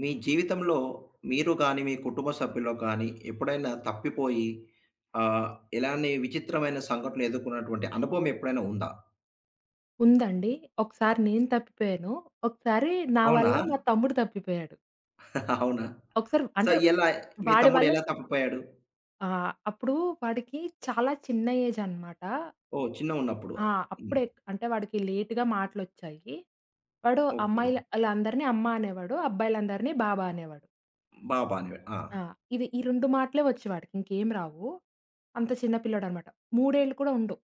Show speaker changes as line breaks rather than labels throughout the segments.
మీ జీవితంలో మీరు గాని, మీ కుటుంబ సభ్యుల్లో గాని ఎప్పుడైనా తప్పిపోయి ఆహ్, ఇలానే విచిత్రమైన సంఘటనలు ఎదుర్కొన్నటువంటి అనుభవం ఎప్పుడైనా ఉందా?
ఉందండి. ఒకసారి నేను తప్పిపోయాను. ఒకసారి నా
అవునా?
వల్ల మా తమ్ముడు తప్పిపోయాడు.
అవునా?
ఒకసారి
సో,
అంటే
ఎలా మీ
వాడి
తమ్ముడు
వల్ల
ఎలా తప్పిపోయాడు?
అప్పుడు వాడికి చాలా చిన్న ఏజ్ అనమాట.
ఓహ్! చిన్నగున్నప్పుడు.
ఆ!
హ్మ్.
అప్పుడే అంటే వాడికి లేట్‌గా మాటలొచ్చాయి. వాడు
ఓకే.
అమ్మాయిలందరిని అమ్మ అనేవాడు. అబ్బాయిలందరిని బాబా అనేవాడు.
బాబానే. ఆ!
ఆ! ఇది ఈ 2 మాటలే వచ్చు వాడికి. ఇంకేం రావు. అంత చిన్న పిల్లోడనమాట. 3 ఏళ్ళు కూడా ఉండవు.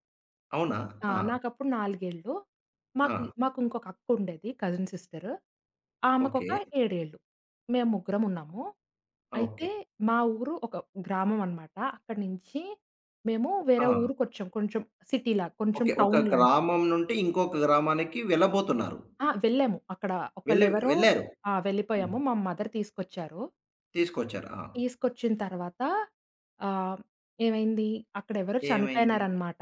హ్మ్.
అవునా?
ఆ!
ఆ!
నాకప్పుడు 4 ఏళ్ళు.
ఆ!
మాకు మాకు ఇంకొక అక్కుండేది కజిన్ సిస్టర్.
ఓకే.
ఆమెకొక 7 ఏళ్ళు. మేము ముగ్గురం ఉన్నాము.
ఓకే.
అయితే మా ఊరు ఒక గ్రామం అనమాట. అక్కడి నుంచి మేము
ఆ!
వేరే ఊరికొచ్చాం. కొంచెం సిటీలా, కొంచెం
ఓకే. ఒక
టౌన్ లాంటిది.
గ్రామం నుండి ఇంకొక గ్రామానికి వెళ్ళబోతున్నారు.
ఆ! వెళ్ళాము. అక్కడ ఒకళ్ళెవరో
వెళ్ళారు.
ఆ!
హ్మ్.
వెళ్ళిపోయాము. మా మదర్ తీసుకొచ్చారు.
తీసుకొచ్చారు. ఆ!
తీసుకొచ్చిన తర్వాత ఆహ్, ఏమైంది అక్కడెవరో
ఏమైంది?
చనిపోయినారనమాట.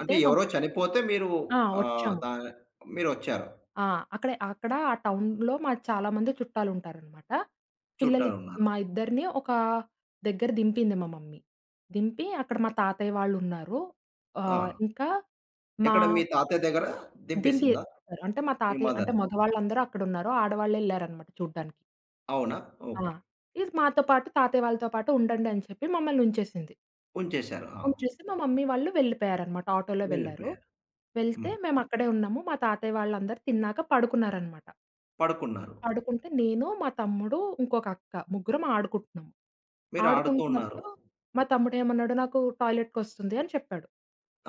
అంటే
మా
ఎవరో చనిపోతే మీరు
ఆ!
ఆహ్,
వచ్చాము.
దా మీరొచ్చారు.
ఆ! అక్కడ అక్కడ ఆ టౌన్‌లో మా చాలా మంది చుట్టాలుంటారనమాట. పిల్లలు
చుట్టాలున్నారు.
మా ఇద్దరిని ఒక దగ్గర దింపింది మా మమ్మీ. దింపి అక్కడ మా తాతయ్య వాళ్ళున్నారు.
ఆ!
ఇంకా మా
ఎక్కడ మీ తాతయ్య దగ్గర
దింపి
దింపేసిందా?
అంటే మా
మీ
తాతయ్య అంటే
మదర్.
మగవాళ్ళందరూ అక్కడున్నారు. ఆడవాళ్ళెళ్లారనమాట చూడ్డానికి.
అవునా?
ఆ!
ఓకే.
ఇది మాతో పాటు తాతయ్య వాళ్ళతో పాటు ఉండండి అని చెప్పి మమ్మల్నుంచేసింది.
ఉంచేశారు. ఆ!
ఉంచేసి మా మమ్మీ వాళ్ళు వెళ్ళిపోయారనమాట. ఆటోలో వెళ్లారు.
వెళ్ళిపోయారు.
వెళ్తే
హ్మ్.
మేమక్కడే ఉన్నాము. మా తాతయ్య వాళ్ళందరూ తిన్నాక పడుకున్నారనమాట.
పడుకున్నారు.
పడుకుంటే నేను, మా తమ్ముడు, ఇంకొక అక్క ముగ్గురం ఆడుకుంటున్నాము.
మీరు ఆడుతూ ఉన్నారు.
ఆడుకుంటున్నప్పుడు మా తమ్ముడేమన్నాడు, "నాకు టాయిలెట్‌కొస్తుంది" అని చెప్పాడు.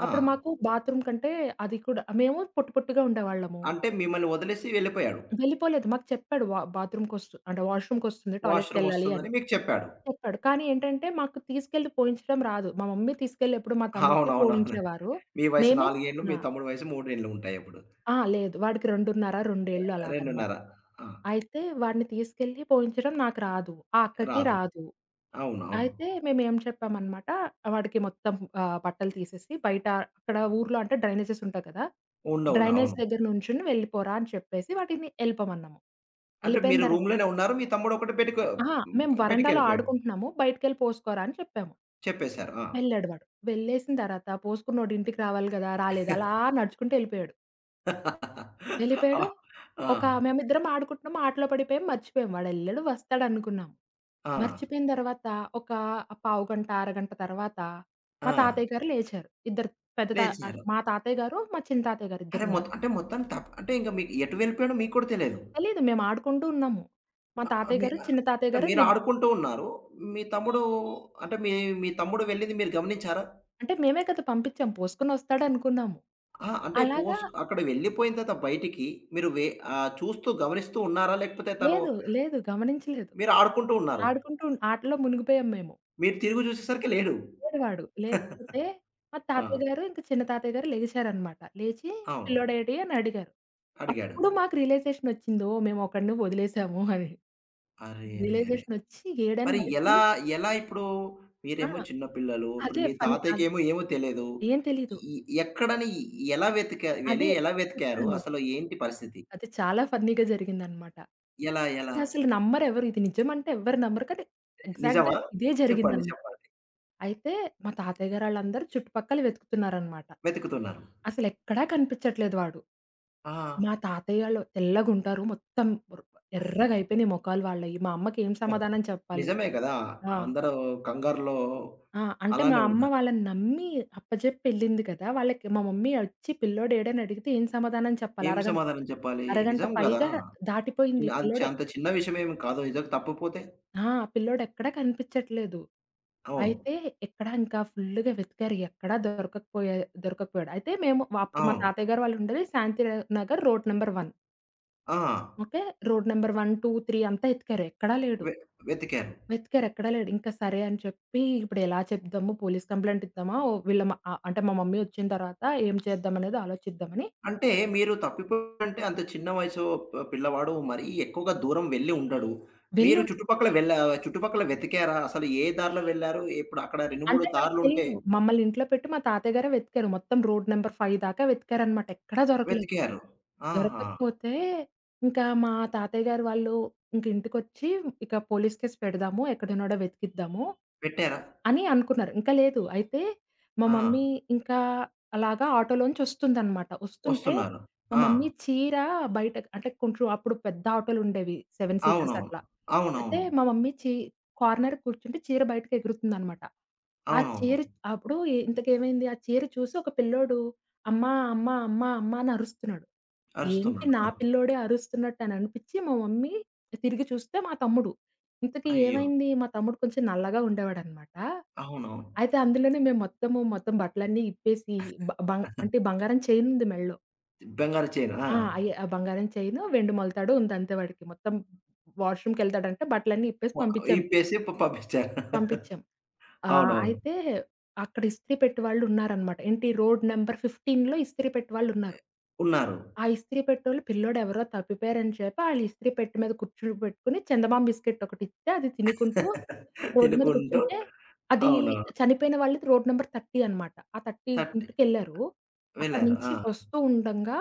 ఆ!
అప్పుడు మాకు బాత్రూమ్ కంటే అది కూడా మేము పొట్టు పొట్టిగా ఉండేవాళ్ళము.
అంటే మిమ్మల్ని వదిలేసి వెళ్ళిపోయాడు.
వెళ్ళిపోలేదు. మాకు చెప్పాడు బాత్రూమ్‌కొస్తు అంటే వాష్‌రూమ్‌కొస్తుంది
వాష్‌రూమ్
టాయిలెట్‌కెళ్ళాలి
వస్తుందని
అని.
మీకు చెప్పాడు.
చెప్పాడు. కానీ ఏంటంటే, మాకు తీసుకెళ్ళి పోయించడం రాదు. మా మమ్మీ తీసుకెళ్ళి ఎప్పుడు మా తమ్ముడికి
అవునవునవును.
పోయించేవారు.
మీ వయసు
మేమే
4 ఏండ్లు, మీ
ఆ!
తమ్ముడి వయసు 3 ఏండ్లు ఉంటాయప్పుడు.
ఆ! లేదు. వాడికి 2.5, 2 అలాగనమాట.
2.5. ఆ!
అయితే వాడిని తీసుకెళ్ళి పోయించడం నాకు రాదు. ఆ అక్కకి
రాదు.
రాదు.
అవునవును.
అయితే మేమేం చెప్పామనమాట, వాడికి మొత్తం బట్టలు తీసేసి బయట అక్కడ ఊర్లో అంటే డ్రైనేజెస్ ఉంటాయి కదా!
ఉండవుండవు.
డ్రైనేజ్
అవును.
దగ్గర నుంచుని వెళ్ళిపోరా అని చెప్పేసి వాటిని ఎళ్ళిపోమన్నాము.
అంటే
ఎళ్ళిపోయిన
మీరు
తర్వా
రూమ్‌లోనే ఉన్నారు. మీ తమ్ముడు ఒకటే బయటకు
అహా! మేము వరండాలో
బయటికెళ్ళిపోయాడు.
ఆడుకుంటున్నాము. బయటికెళ్ళి పోసుకోరా అని చెప్పాము.
చెప్పేశారు. ఆ!
వెళ్ళాడు వాడు. వెళ్ళేసిన తర్వాత పోసుకున్నోడు ఇంటికి రావాలి గదా! రాలేదు. అలా నడుచుకుంటూ ఎళ్ళిపోయాడు.
ఆ!
వెళ్ళిపోయాడు. ఒక
ఆ!
మేమిద్దరం ఆడుకుంటున్నాం. ఆటలో పడిపోయాం. మర్చిపోయాం. వాడెళ్ళాడు వస్తాడనుకున్నాం.
ఆ!
మర్చిపోయిన తర్వాత ఒక పావుగంట, అరగంట తర్వాత మా
ఆ!
తాతయ్య గారు లేచారు. ఇద్దరు
లేచారు.
మా తాతయ్య గారు, మా చిన్న తాతయ్య గారు
అరే!
ఇద్దరున్నారు.
మొత్తం అంటే మొత్తం తప్ అంటే ఇంక మీకు ఎటు వెళ్ళిపోయాడో మీకు కూడా తెలీదు.
తెలీదు మేము ఆడుకుంటూ ఉన్నాము. మా
ఆహ్, ఆహ్,
తాతయ్య
మీ
గారు,
ఆహ్,
చిన్న తాతయ్య
అంటే
గారు
మీరు
నిద్
ఆడుకుంటూ ఉన్నారు. మీ తమ్ముడు అంటే మీ మీ తమ్ముడు వెళ్ళింది మీరు గమనించారా?
అంటే మేమే కదా! పంపించాం. పోసుకొనొస్తాడనుకున్నాము.
ఆ! అంటే
అలాగా
పోస్ట్ అక్కడ వెళ్ళిపోయిన తర్వాత బయటికి మీరు వే చూస్తూ గమనిస్తూ ఉన్నారా? లేకపోతే తను
లేదు. లేదు. గమనించలేదు.
మీరు ఆడుకుంటూ ఉన్నారు.
ఆటలో మునిగిపోయాం మేము.
మీరు తిరిగి చూసేసరికి లేడు.
లేడు వాడు. లేకపోతే మా తాతయ్య
ఆ!
గారు, ఇంక చిన్న తాతయ్య గారు లేచారనమాట. లేచి
అవును.
"పిల్లోడేటి" అని అడిగారు.
అడిగాడు.
అప్పుడు మాకు రియలైజేషనొచ్చింది. ఓహ్! మేము ఒకడిని వదిలేసాము అని.
అరెరెరే!
రియలైజేషనొచ్చి ఏడని
మరి ఎలా,
బయటికెళ్ళి
ఎలా ఇప్పుడు
ఆ!
మీరేమో చిన్న పిల్లలు, ఇప్పుడు
అదే
మీ
ఫన్ అద్
తాతయ్యకేమో ఏమో తెలీదు.
ఏం తెలీదు.
ఈ ఎక్కడని
అదే
ఎలా వెతికారు?
చెప్తాను.
అసలు ఏంటి పరిస్థితి?
అది చాలా ఫన్నీగా జరిగిందనమాట.
ఎలా? ఎలా?
ఇదసలు నమ్మరెవరు. ఇది నిజమంటే ఎవ్వరు నమ్మరు. కానీ ఎగ్జాక్ట్‌గా
నిజమా?
ఇదే
చెప్పండి.
జరిగిందనమాట.
చెప్పండి.
అయితే మా తాతయ్య గారాళ్ళందరూ చుట్టుపక్కల వెతుకుతున్నారనమాట.
వెతుకుతున్నారు.
అసలెక్కడా కనిపిచ్చట్లేదు వాడు.
ఆ!
మా తాతయ్యోళ్ళు తెల్లగుంటారు. మొత్తం ఎర్రగయిపోయినాయి మొఖాలు వాళ్ళయి. మా అమ్మకేం సమాధానం చెప్పాలి?
నిజమే కదా!
ఆ!
అందరూ కంగారులో
ఆ! అంటే మా
అలానే
అమ్మ
ఉంటారు.
వాళ్ళని నమ్మి అప్పజెప్పి ఎళ్ళింది కదా! వాళ్ళకి మా మమ్మీ ఒచ్చి పిల్లోడు ఏడని అడిగితే ఏం సమాధానం చెప్పాలి?
ఏం సమాధానం చెప్పాలి?
అరగంట
నిజం కదా!
పైగా దాటిపోయింది.
ఇలా అది చ
పిల్లోడే
అంత చిన్న విషయమేమి కాదు. నిజంగా తప్పిపోతే
ఆ! పిల్లోడెక్కడా కనిపిచ్చట్లేదు.
అవును.
అయితే ఎక్కడా ఇంకా ఫుల్లుగా వెతికారు. ఎక్కడా దొరకకపోయే దొరకకపోయాడు. అయితే మేము అప్పుడు మా
అవును.
తాతయ్య గారు వాళ్ళుండేది శాంతి నగర్ రోడ్ నంబర్ 1.
ఆ!
ఓకే. రోడ్ నంబర్ 1, 2, 3 అంతా ఎతికారు. ఎక్కడా లేడు.
వె వెతికారు.
వెతికారు. ఎక్కడా లేడు. ఇంకా సరే అని చెప్పి ఇప్పుడు ఎలా చెప్దాము? Police complaint ఇద్దామా? ఓ వీళ్ళ మ ఆహ్, అంటే మా మమ్మీ వచ్చిన తర్వాత ఏం చేద్దాం అనేది ఆలోచిద్దామని
అంటే మీరు తప్పిపో అంటే అంత చిన్న వయసు పిల్లవాడు మరీ ఎక్కువగా దూరం వెళ్ళి ఉండడు. మీరు
వెళ్ళు
చుట్టుపక్కల వెళ్ళా చుట్టుపక్కల వెతికారా? అసలు ఏ దారిలో వెళ్లారు? ఇప్పుడు అక్కడ 2, 3
అంటే నాకు
దారులుంటే
తెలీదు. మమ్మల్ని ఇంట్లో పెట్టి మా తాతయ్య గారే వెతికారు. మొత్తం రోడ్ నంబర్ 5 దాకా వెతికారనమాట. ఎక్కడా దొరకలేదు.
వెతికారు. ఆహా!
దొరకకపోతే ఇంకా మా తాతయ్య గారు వాళ్ళు ఇంక ఇంటికొచ్చి ఇక పోలీస్ కేస్ పెడదాము. ఎక్కడున్నాడో వెతికిద్దాము
పెట్టారా?
అని అనుకున్నారు. ఇంకా లేదు. అయితే మా
ఆ!
మమ్మీ ఇంకా అలాగా ఆటోలోంచి వస్తుందనమాట. వస్తుంటే
వస్తున్నారు.
మా
ఆ!
మమ్మీ చీర బయట అంటే కొంచెం అప్పుడు పెద్ద ఆటోలుండేవి. 7 సీటర్స్
అవునవును.
అట్లా. అయితే
అవునవును.
మా మమ్మీ చీ కార్నర్‌కి కూర్చుంటే చీర బయటకి ఎగురుతుందనమాట. ఆ
అవునవును.
చీర అప్పుడు ఇంతకేమైంది? ఆ చీర చూసి ఒక పిల్లోడు "అమ్మా! అమ్మ! అమ్మ! అమ్మ!" అని అరుస్తున్నాడు. ఏంటి
అరుస్తున్నాడు.
నా
ఆ!
పిల్లోడే అరుస్తున్నట్టు అని అనిపిచ్చి మా మమ్మీ తిరిగి చూస్తే మా తమ్ముడు. ఇంతకీ
అయ్యో!
ఏమైంది? మా తమ్ముడు కొంచెం నల్లగా ఉండేవాడనమాట.
అవునవును.
అయితే అందులోనే మేము మొత్తం బట్టలన్నీ ఇప్పేసి బ బం అంటే బంగారం చైన్ ఉంది మెడలో.
బంగారు చైను. ఆ!
ఆ! ఆ బంగారం చైను, వెండి మొలతాడు ఉందంతే వాడికి. మొత్తం వాష్‌రూమ్‌కెళ్తాడంటే బట్టలన్నీ ఇప్పేసి
వ
పంపించాం.
ఇప్పేసి పంపించారు.
పంపించాం.
అవునవును.
అయితే అక్కడ ఇస్త్రీ పెట్టే వాళ్ళున్నారనమాట. ఏంటి రోడ్ నంబర్ 15లో ఇస్త్రీ పెట్టే వాళ్ళున్నారు.
ఉన్నారు.
ఆ ఇస్త్రీ పెట్టేవాళ్ళు పిల్లోడెవరో తప్పిపోయారని చెప్పి ఆళ్ళు ఇస్త్రీ పెట్టె మీద కూర్చోబెట్టుకొని చందమామ బిస్కెట్ ఒకటిస్తే అది తినుకుంటూ రోడ్డు మీద
తినుకుంటూ
కూర్చుంటే అది
అవునవును.
చనిపోయిన వాళ్ళది రోడ్ నంబర్ 30 అనమాట. ఆ 30
తట్టి
ఇంటికెళ్లారు. అక్కడి
వెళ్లారు. ఆ!
నుంచి వస్తూ ఉండంగా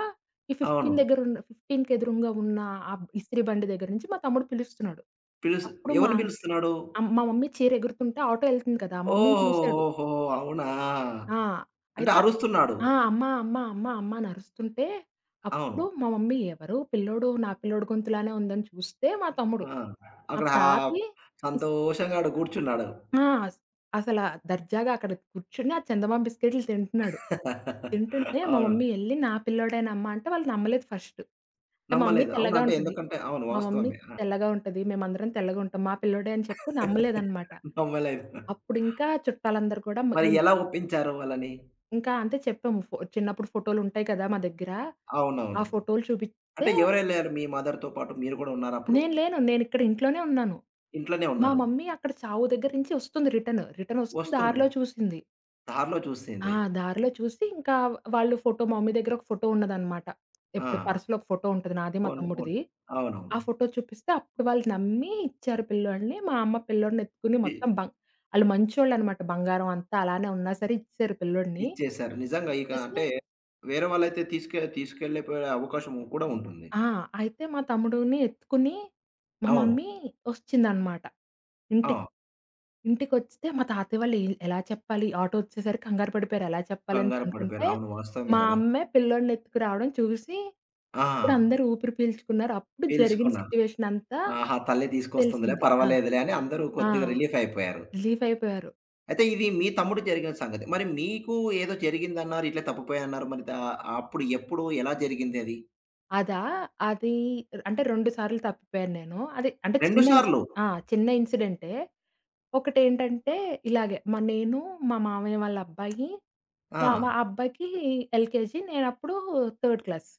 ఈ
అవును.
15 ఎదురుంగా ఉన్న ఆ ఇస్త్రీ బండి దగ్గర నుంచి మా తమ్ముడు పిలుస్తున్నాడు.
పిలుస్
అప్పుడు
ఎవరిని పిలుస్తున్నాడు?
మా మమ్మీ చీర ఎగురుతుంటే ఆటో ఎళ్తుంది కదా! మా మమ్మీని
ఓహ్!
చూసాడు.
ఓహో! అవునా!
ఆ!
అంటే
అయితే
అరుస్తున్నాడు.
ఆ! "అమ్మ, అమ్మ, అమ్మ, అమ్మ" అని అరుస్తుంటే,
అవును.
అప్పుడు మా మమ్మీ ఎవరు పిల్లోడు నా పిల్లోడు గొంతులానే ఉందని చూస్తే మా తమ్ముడు.
ఆ! అక్కడ
అప్పుడు
హా
ఆపి ఇస్
సంతోషంగా ఆడు కూర్చున్నాడు.
ఆ! అసల దర్జాగా అక్కడ కూర్చొని ఆ చందమామ బిస్కెట్లు తింటున్నాడు. తింటుంటే మా
అవును.
మమ్మీ ఎళ్లి "నా పిల్లోడేనమ్మా" అంటే వాళ్ళు నమ్మలేదు ఫస్ట్. అంటే మా మమ్మీ
నమ్మలేదు. అవును.
తెల్లగా
అంటే
ఉంటది.
ఎందుకంటే అవును.
మా మమ్మీ
వాస్తవమే. ఆ!
తెల్లగా ఉంటది. మేమందరం తెల్లగుంటాం. మా పిల్లోడే అని చెప్తే నమ్మలేదనమాట.
నమ్మలేదు.
అప్పుడింకా చుట్టాలందరూ కూడా మ
మరి
ఇం
ఎలా ఒప్పించారు వాళ్ళని?
ఇంకా అంటే చెప్పాము. చిన్నప్పుడు ఫోటోలుంటాయి కదా! మా దగ్గర. ఆ
అవునవును.
ఫోటోలు చూపిస్తే
అంటే ఎవరెళ్లారు? మీ మదర్‌తో పాటు మీరు కూడా ఉన్నారా అప్పుడు?
నేను లేను. నేనిక్కడ ఇంట్లోనే ఉన్నాను.
ఇంట్లోనే
మా
ఉన్నారు.
మమ్మీ అక్కడ చావు దగ్గర నుంచి వస్తుంది రిటర్న్. రిటర్న్ వస్తూ
వస్తుంది.
దారిలో చూసింది.
దారిలో
ఆ!
చూసింది.
దారిలో చూసి ఇంకా వాళ్ళు ఫోటో మా మమ్మీ దగ్గర ఒక ఫోటో ఉన్నదనమాట.
ఆ!
ఎప్పుడు పర్స్‌లో ఒక ఫోటో ఉంటది నాది, మా
పోనీ పోన్
తమ్ముడిది.
అవునవును.
ఆ ఫోటో చూపిస్తే అప్పుడు వాళ్ళు నమ్మి ఇచ్చారు పిల్లోడిని. మా అమ్మ పిల్లోడిని ఎత్తుకుని
ఇ
మొత్తం బం ఆళ్ళు మంచోళ్ళనమాట. బంగారం అంతా అలానే ఉన్నా సరే ఇచ్చేశారు పిల్లోడిని.
ఇచ్చేశారు. నిజంగా ఇక
ఇచ్చేసి
అంటే వేరే వాళ్ళైతే తీసుకెళ్ళిపోయే అవకాశం కూడా ఉంటుంది.
ఆ! అయితే మా తమ్ముడిని ఎత్తుకుని మా
అవును.
మమ్మీ ఒచ్చిందనమాట
ఆ!
ఇంటికి. ఇంటికొస్తే మా తాతయ్య వాళ్ళు ఎలా చెప్పాలి? ఆటో ఒచ్చేసరికి కంగారు పడిపోయారు. ఎలా చెప్పాలని
కంగారు పడిపోయారు.
అనుకుంటే,
అవును. వాస్తవమే
మా
గదా!
అమ్మే పిల్లోడిని ఎత్తుకురావడం చూసి,
ఆ!
అప్పుడు అందరూ ఊపిరి పీల్చుకున్నారు. అప్పుడు జరిగిన
పిలుచుకున్నారు.
సిట్యుయేషన్ అంతా
ఆహా! తల్లి తీసుకొస్తుందిలే
తెలిసింది. ఆ!
పర్వాలేదులే అని అందరూ
ఆ!
కొద్దిగా రిలీఫ్ అయిపోయారు.
రిలీఫ్ అయిపోయారు.
అయితే ఇది
అప్పుడు.
మీ తమ్ముడు జరిగిన సంగతి. మరి మీకు ఏదో జరిగిందన్నారు. ఇట్లా తప్పిపోయాన్నారు. మరి దా అప్పుడు ఎప్పుడు ఎలా జరిగింది అది?
అదా? అది అంటే 2 సార్లు తప్పిపోయాను నేను. అది అంటే
2
చిన్న
సార్లు.
ఇన్సిడెంట్. ఆ! చిన్న ఇన్సిడెంటే. ఒకటేంటంటే ఇలాగే నేను, మా మామయ్య వాళ్ళ అబ్బాయి, మా మా
ఆ!
అబ్బాయికి ఎల్‌కేజీ. నేనప్పుడు థర్డ్ క్లాస్.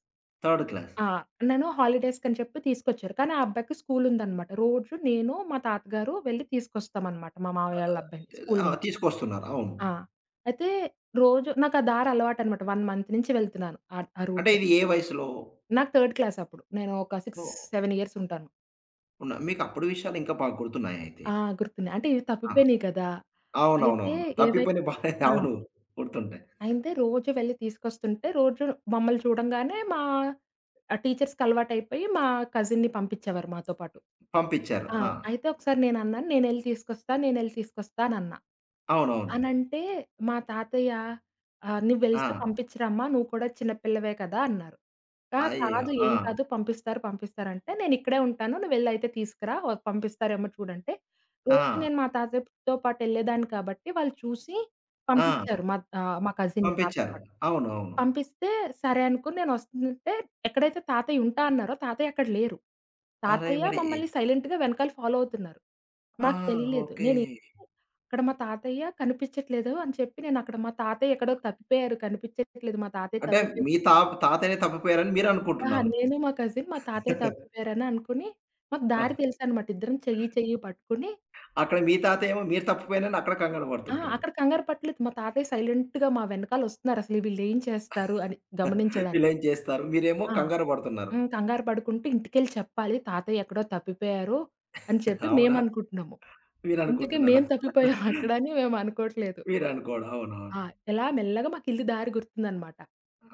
Third class.
ఆ! నన్ను హాలిడేస్‌కని చెప్పి తీసుకొచ్చారు. కానీ ఆ అబ్బాయికి స్కూల్ ఉందనమాట. రోజు నేను, మా తాతగారు వెళ్లి తీసుకొస్తామనమాట మా మామయ్య వాళ్ళ అబ్బాయిని స్కూల్
ఆ!
నుంచి.
తీసుకొస్తున్నారు. అవును.
ఆ! అయితే రోజు నాకు ఆ దారి అలవాటనమాట. 1 మంత్ నుంచి వెళ్తున్నాను ఆ ఆ
అంటే
రూట్‌లో.
ఇది ఏ వయసులో?
నాకు థర్డ్ క్లాస్ అప్పుడు. నేను ఒక 6,
ఓహ్!
7 ఇయర్స్ ఉంటాను.
ఉన్న మీకు అప్పుడు విషయాలు ఇంకా బాగా గుర్తున్నాయా అయితే?
ఆ! గుర్తున్నాయి. అంటే ఇవి
ఆ!
తప్పిపోయినాయి కదా! అయితే
అవునవునవును.
ఏవై
తప్పిపోయిన బానే
ఆ!
అవును. గుర్తుంటాయి.
అయితే రోజు వెళ్లి తీసుకొస్తుంటే, రోజు మమ్మల్ని చూడంగానే టీచర్స్‌కి అలవాటైపోయి మా కజిన్‌ని పంపించేవారు మాతో పాటు.
పంపిచ్చారు.
ఆ!
ఆ!
అయితే ఒకసారి నేనన్నాను, "నేనెళ్లి తీసుకొస్తా, నేనెళ్లి తీసుకొస్తా" అనన్నా.
అవునవును.
అనంటే మా తాతయ్య "నువ్వెళ్తే
ఆ!
పంపించరమ్మా, నువ్వు కూడా చిన్న పిల్లవే కదా" అన్నారు. "ఆ!
అయ్యో!
కాదు,
ఆ!
ఏం కాదు పంపిస్తారు, పంపిస్తారు" అంటే, "నేనిక్కడే ఉంటాను, నువ్వెళ్లి అయితే తీసుకురా, పంపిస్తారేమో చూడంటే" రోజు
ఆ!
నేను మా తాతయ్యతో పాటెళ్ళేదాన్ని కాబట్టి, వాళ్ళు చూసి
ఆ!
పంపించారు మా కజిన్‌ని నాతో
పంపిచ్చారు.
పాటు.
అవునవును.
పంపిస్తే సరే అనుకుని నేనొస్తుంటే ఎక్కడైతే తాతయ్య ఉంటా అన్నారో తాతయ్య అక్కడ లేరు.
అరే!
తాతయ్య
మరి ఎ
మమ్మల్ని సైలెంట్‌గా వెనకాల ఫాలో అవుతున్నారు.
ఆ!
మాకు తెలియలేదు.
ఓకే.
నేనే అక్కడ మా తాతయ్య కనిపించట్లేదు అని చెప్పి నేనక్కడ మా తాతయ్య ఎక్కడో తప్పిపోయారు కనిపించట్లేదు మా తాతయ్య
అంటే
తప్పిపోయారు.
మీ తా తాతయ్యనే తప్పిపోయారని
అహా!
మీరనుకుంటున్నారు.
నేను మా కజిన్ మా తాతయ్య తప్పిపోయారని అనుకుని మాకు దారి తెలుసనమాట. ఇద్దరం చెయ్యి చెయ్యి పట్టుకుని
అక్కడ మీ తాతయ్యేమో మీరు తప్పిపోయానని అక్కడ కంగారు
ఆ!
పడుతుంటాడు.
అక్కడ కంగారు పట్టలేదు. మా తాతయ్య సైలెంట్‌గా మా వెనకాలొస్తున్నారు అసలు వీళ్ళేం చేస్తారు అని గమనించడానికి.
వీళ్ళేం చేస్తారు? మీరేమో
ఆ!
కంగారు పడుతున్నారు.
హ్మ్. కంగారు పడుకుంటూ ఇంటికెళ్ళి చెప్పాలి. తాతయ్య ఎక్కడో తప్పిపోయారు అని చెప్పి
అవునా?
మేమనుకుంటున్నాము. ఇంతకీ
మీరనుకుంటున్నారా?
మేం తప్పిపోయాం అక్కడ అని మేమనుకోవట్లేదు.
మీరనుకోవడం. అవునవును.
ఆ! ఇలా మెల్లగా మాకిల్లు దారి గుర్తుందనమాట.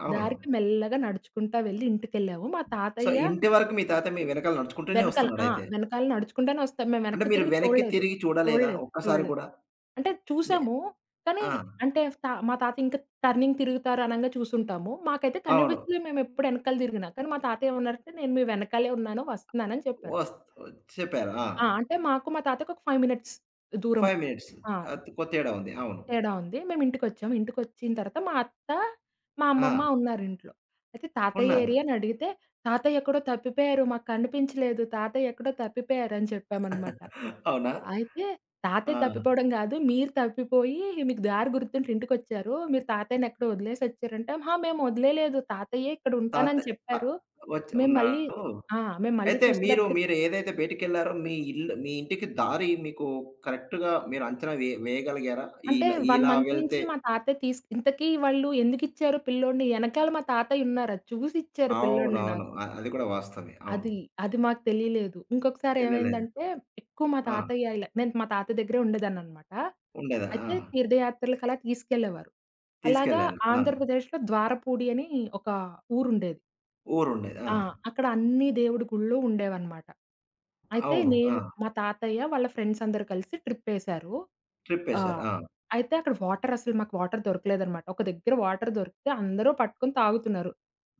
అవును.
దారికి మెల్లగా నడుచుకుంటా వెళ్లి ఇంటికెళ్ళాము. మా
సో,
తాతయ్య
ఇంటి వరకు మీ తాతయ్య మీ వెనకాల నడుచుకుంటూనే
వెనకాల ఆ!
వస్తున్నాడయితే.
వెనకాల నడుచుకుంటానే వస్తాం. మేము
అంటే
వెనక్కి
మీరు
తిరిగి
వెనక్కి
చూడలేదు.
తిరిగి చూడలేదా?
చూడలేదు.
ఒక్కసారి
చూడలేదు.
కూడా?
అంటే
మె
చూసాము. కానీ
ఆ!
అంటే మా తాత ఇంకా టర్నింగ్ తిరుగుతారు అనంగా చూసుంటాము. మాకైతే
అవును.
కనిపించలేదు మేమెప్పుడు ఎనకాల తిరిగినా. కానీ మా తాతయ్య ఏమన్నారంటే, "నేను మీ వెనకాలే ఉన్నాను. వస్తున్నాను" అని చెప్పారు.
వస్ చెప్పారు. ఆ!
ఆ! అంటే మాకు మా తాతకి ఒక 5 మినిట్స్ దూరం.
5 మినిట్స్.
ఆ!
ఆహ్, కొ తేడా ఉంది. అవును.
తేడా ఉంది. మేము ఇంటికొచ్చాం. ఇంటికొచ్చిన తర్వాత మా అత్త, మా అమ్మమ్మ
ఆ!
ఉన్నారింట్లో. అయితే తాతయ్య
ఉన్నారు.
ఏరి అని అడిగితే, "తాతయ్య ఎక్కడో తప్పిపోయారు. మాకు కనిపించలేదు. తాతయ్య ఎక్కడో తప్పిపోయారు" అని చెప్పామనమాట.
అవునా?
అయితే "తాతయ్య
ఆ!
తప్పిపోవడం కాదు. మీరు తప్పిపోయి మీకు దారి గుర్తుండి ఇంటికొచ్చారు. మీరు తాతయ్యని ఎక్కడో వదిలేసి వచ్చారంటే" "అహా! మేము వదిలేయలేదు. తాతయ్యే ఇక్కడ
తాత
ఉంటానని
అ
చెప్పారు.
వచ్చి
మేము మళ్ళీ"
ఉన్నారు.
ఆ! "మేము మళ్ళీ చూసేటప్పటికి"
మీరు ఏదైతే బయటికెళ్లారో మీ ఇల్లు మీ ఇంటికి దారి మీకు కరెక్ట్‌గా మీరు అంచనా వే వేయగలిగారా?
అంటే
ఇలా
1
ఇలా
మంత్ నుంచి
వెళ్తే
మా తాతయ్య తీస్ ఇంతకీ వాళ్ళు ఎందుకిచ్చారు పిల్లోడిని ఎనకాల మా తాతయ్య ఉన్నారు. అది చూసి ఇచ్చారు పిల్లోడిని
అవునవును.
నాకు.
అది కూడా వాస్తవమే. అవును.
అది, అది మాకు తెలియలేదు. ఇంకొకసారి
వెళ్ళలేదు.
ఏమైందంటే మా
ఆ!
తాతయ్య ఇలా నేను మా తాతయ్య దగ్గరే ఉండేదాన్ననమాట.
ఉండేదా? ఆ!
అయితే తీర్థయాత్రలకలా తీసుకెళ్ళేవారు. అలాగా
తీసుకెళ్లారు. ఆ!
ఆంధ్రప్రదేశ్‌లో ద్వారపూడి అని ఒక ఊరుండేది.
ఊరుండేది. ఆ!
ఆ! అక్కడ అన్ని దేవుడి గుళ్ళు ఉండేవన్నమాట. అయితే
అవును. ఆ!
నేను, మా తాతయ్య వాళ్ళ ఫ్రెండ్స్ అందరూ కలిసి ట్రిప్పేశారు. ఆ!
ట్రిప్పేశారు. ఆ!
అయితే అక్కడ మాకు వాటర్ దొరకలేదనమాట. ఒక దగ్గర వాటర్ దొరికితే అందరూ పట్టుకొని తాగుతున్నారు.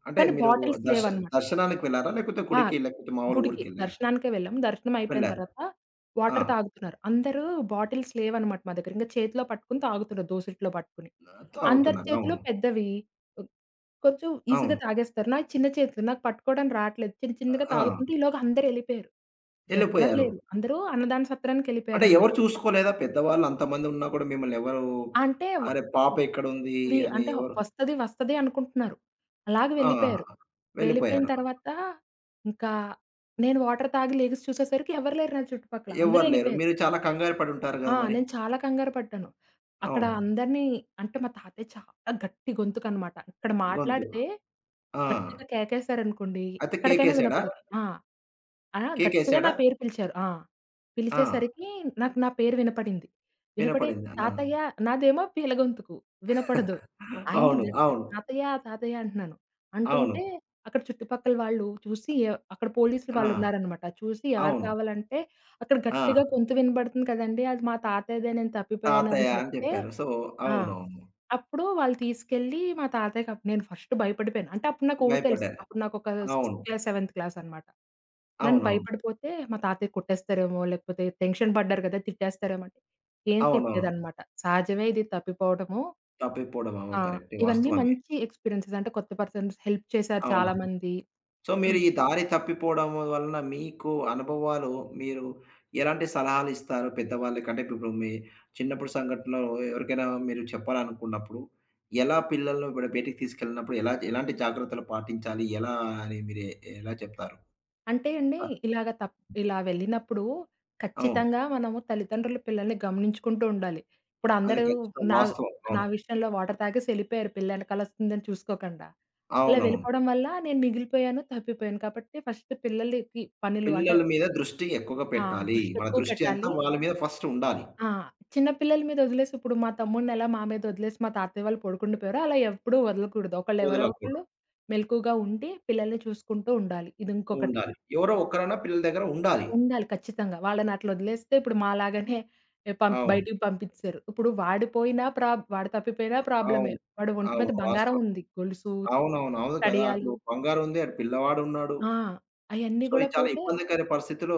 అంటే
కానీ
మీరు
బాటిల్స్
దర్శ
లేవనమాట.
దర్శనానికి వెళ్లారా? లేకపోతే
ఆ!
గుడికి, లేకపోతే మామూలు
గుడికి
ఊరికెళ్లారా?
దర్శనానికే వెళ్ళాం. దర్శనం అయిపోయిన
వెళ్లారు.
తర్వాత
ఆ!
వాటర్ తాగుతున్నారు. అందరూ బాటిల్స్ లేవనమాట మా దగ్గర. ఇంక చేతిలో పట్టుకొని తాగుతున్నారు దోసిట్లో పట్టుకొని. అందరి
తాగుతున్నారు.
చేతిలో
అవును.
పెద్దవి కొంచెం ఈజీగా
అవును.
తాగేస్తారు. నాయి చిన్న చేతులు. నాకు పట్టుకోవడానికి రాట్లేదు. చిన్న చిన్నగా
ఆ!
తాగుతుంటే ఈలోగా అందరూ ఎళ్ళిపోయారు. ఎవ్వరు
ఎళ్ళిపోయారు.
లేరు. అందరూ అన్నదాన
అంటే
సత్రానికెళ్ళిపోయారనమాట.
ఎవరు చూసుకోలేదా? పెద్దవాళ్ళు అంతమందున్నా కూడా మిమ్మల్ని ఎవరు
అంటే వ
"అరే! పాప ఎక్కడుంది?"
వి
అని
అంటే
ఎవరు
వస్తది అనుకుంటున్నారు. అలాగే
ఆ!
వెళ్ళిపోయారు. వెళ్ళిపోయిన
వెళ్ళిపోయారు.
తర్వాత ఇంకా నేను వాటర్ తాగి లెగిసి చూసేసరికి ఎవరు లేరు నా చుట్టుపక్కల. అందరూ
ఎవ్వరు లేరు.
ఎళ్ళిపోయారు.
మీరు చాలా కంగారు పడి ఉంటారు
ఆ!
గదా! మరి.
నేను చాలా కంగారు పడ్డాను. అక్కడ
అవును.
అందరిని అంటే మా తాతయ్య చాలా గట్టి గొంతుకనమాట. ఇక్కడ
గొంతు.
మాట్లాడితే
ఆ!
గట్టిగా కేకేశారనుకోండి,
అయితే
ఎక్కడికైనా
కేకేసాడా?
వినపడదు. ఆ! ఆ! గట్టిగా నా
కేకేసాడా?
పేరు పిలిచారు. ఆ!
ఆ!
పిలిచేసరికి నాకు నా పేరు వినపడింది. వినపడి
వినపడింది. ఆ!
"తాతయ్య" నాదేమో పీల గొంతుకు వినపడదు. ఆయనది
అవును.
గట్టిగా
అవును.
"తాతయ్య, తాతయ్య" అంటున్నాను.
అవును.
అంటుంటే అక్కడ చుట్టుపక్కల వాళ్ళు చూసి అక్కడ పోలీసులు
ఆ!
వాళ్ళున్నారనమాట. చూసి ఎవరు
అవును.
కావాలంటే అక్కడ
ఆ!
గట్టిగా గొంతు వినబడుతుంది కదండీ! అది మా తాతయ్యదే నేను తప్పిపోయాను అని
తాతయ్య అని
చెప్తే
చెప్పారు. సో,
ఆ!
అవునవును.
అప్పుడు వాళ్ళు తీసుకెళ్ళి మా తాతయ్యకప్ నేను ఫస్ట్ భయపడిపోయాను. అంటే అప్పుడు నాకు ఊహ తెలుసు.
భయపడ్డారు.
అప్పుడు నాకొక సిక్స్త్
అవును.
క్లాస్, సెవెంత్ క్లాస్ అన్నమాట. నేను
అవునవును.
భయపడిపోతే మా తాతయ్య కొట్టేస్తారేమో, లేకపోతే టెన్షన్ పడ్డారు కదా! తిట్టేస్తారేమో అంటే, ఏం
అవునవును.
తిట్టలేదన్నమాట. సహజమే ఇది తప్పిపోవడము.
తప్పిపోవడం అవును.
ఆ!
కరెక్టే.
ఇవన్నీ
వాస్తవమే.
మంచి ఎక్స్‌పీరియన్సెస్. అంటే కొత్త పర్సన్స్ హెల్ప్ చేశారు
అవును.
చాలామంది.
సో,
ఇప్పుడు
మీరు ఈ దారి తప్పిపోవడం వలన మీకు అనుభవాలు మీరు ఎలాంటి సలహాలిస్తారు పెద్దవాళ్ళకి? అంటే ఇప్పుడు మీ చిన్నప్పుడు సంఘటనలు ఎవరికైనా మీరు చెప్పాలనుకున్నప్పుడు ఎలా పిల్లలను ఇప్పుడు బయటికి తీసుకెళ్ళినప్పుడు ఎలా ఎలాంటి జాగ్రత్తలు పాటించాలి? ఎలా అని మీరు ఎలా చెప్తారు?
అంటే అండి,
ఆ!
ఇలాగ తప్ ఇలా వెళ్ళినప్పుడు
అవును.
ఖచ్చితంగా మనము తల్లిదండ్రులు పిల్లల్ని గమనించుకుంటూ ఉండాలి. ఇప్పుడు
అది
అందరూ
ఖచ్చితంగా
నా
వాస్తవం.
నా
అవును.
విషయంలో వాటర్ తాగేసి ఎళ్ళిపోయారు పిల్లెనకాలొస్తుందని చూసుకోకుండా. అలా
అవునవును.
వెళ్ళిపోవడం వల్ల నేను మిగిలిపోయాను, తప్పిపోయాను. కాబట్టి ఫస్ట్ పిల్లలకి పనులు అంటే
పిల్లల మీద దృష్టి ఎక్కువగా
ఆ!
పెట్టాలి.
దృష్టి
మన
ఎక్కువ
దృష్టి అంతా
పెట్టాలి.
వాళ్ళ మీద ఫస్ట్ ఉండాలి.
ఆ! చిన్న పిల్లల మీద వదిలేసి ఇప్పుడు మా తమ్ముడినెలా మా మీద వదిలేసి మా తాతయ్య వాళ్ళు పడుకుండిపోయారో అలా ఎప్పుడూ వదలకూడదు. ఎవరో
వదలకూడదు.
ఒకళ్ళు మెలకువగా ఉండి పిల్లల్ని చూసుకుంటూ ఉండాలి. ఇది ఇంకొకటి.
ఉండాలి. ఎవరో ఒక్కరైనా పిల్లల దగ్గర ఉండాలి.
ఉండాలి ఖచ్చితంగా. వాళ్ళని అట్లా వదిలేస్తే ఇప్పుడు మాలాగానే ఎ పం
అవును.
బయటికి పంపించరు. ఇప్పుడు వాడు తప్పిపోయినా
అవును.
ప్రాబ్లమే. వాడి ఒంటి
అవును.
మీద బంగారం
వాస్తవం.
ఉంది. గొలుసు,
అవునవును. అవును కదా! అటు
కడియాలు
బంగారుంది. అటు పిల్లవాడున్నాడు.
ఆ! అయన్నీ
సో, ఇది
గూడా
చాలా
పోతే
ఇబ్బందికర పరిస్థితిలో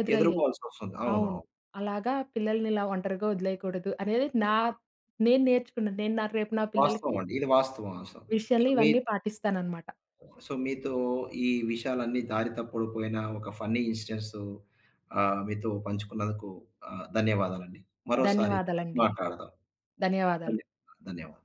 ఎదురయ్యాయి.
ఎదుర్కోవాల్సొస్తుంది. అవును.
అవును.
అవును.
అలాగా పిల్లల్ని ఇలా ఒంటరిగా వదిలేయకూడదు అనేది నా నేను నేర్చుకున్నాను. నా రేపు నా పిల్లలకి
వాస్తవం అండి. ఇది వాస్తవం అసలు. సో,
విషయంలో
మీ
ఇవన్నీ పాటిస్తాననమాట.
సో, మీతో ఈ విషయాలన్నీ దారి తప్పుడు పోయిన ఒక ఫన్నీ ఇన్సిడెంట్స్ మీతో పంచుకున్నందుకు ధన్యవాదాలండి. మరోసారి
ధన్యవాదాలండి.
మాట్లాడదాం.
ధన్యవాదాలు.
ధన్య ధన్యవాదాలు.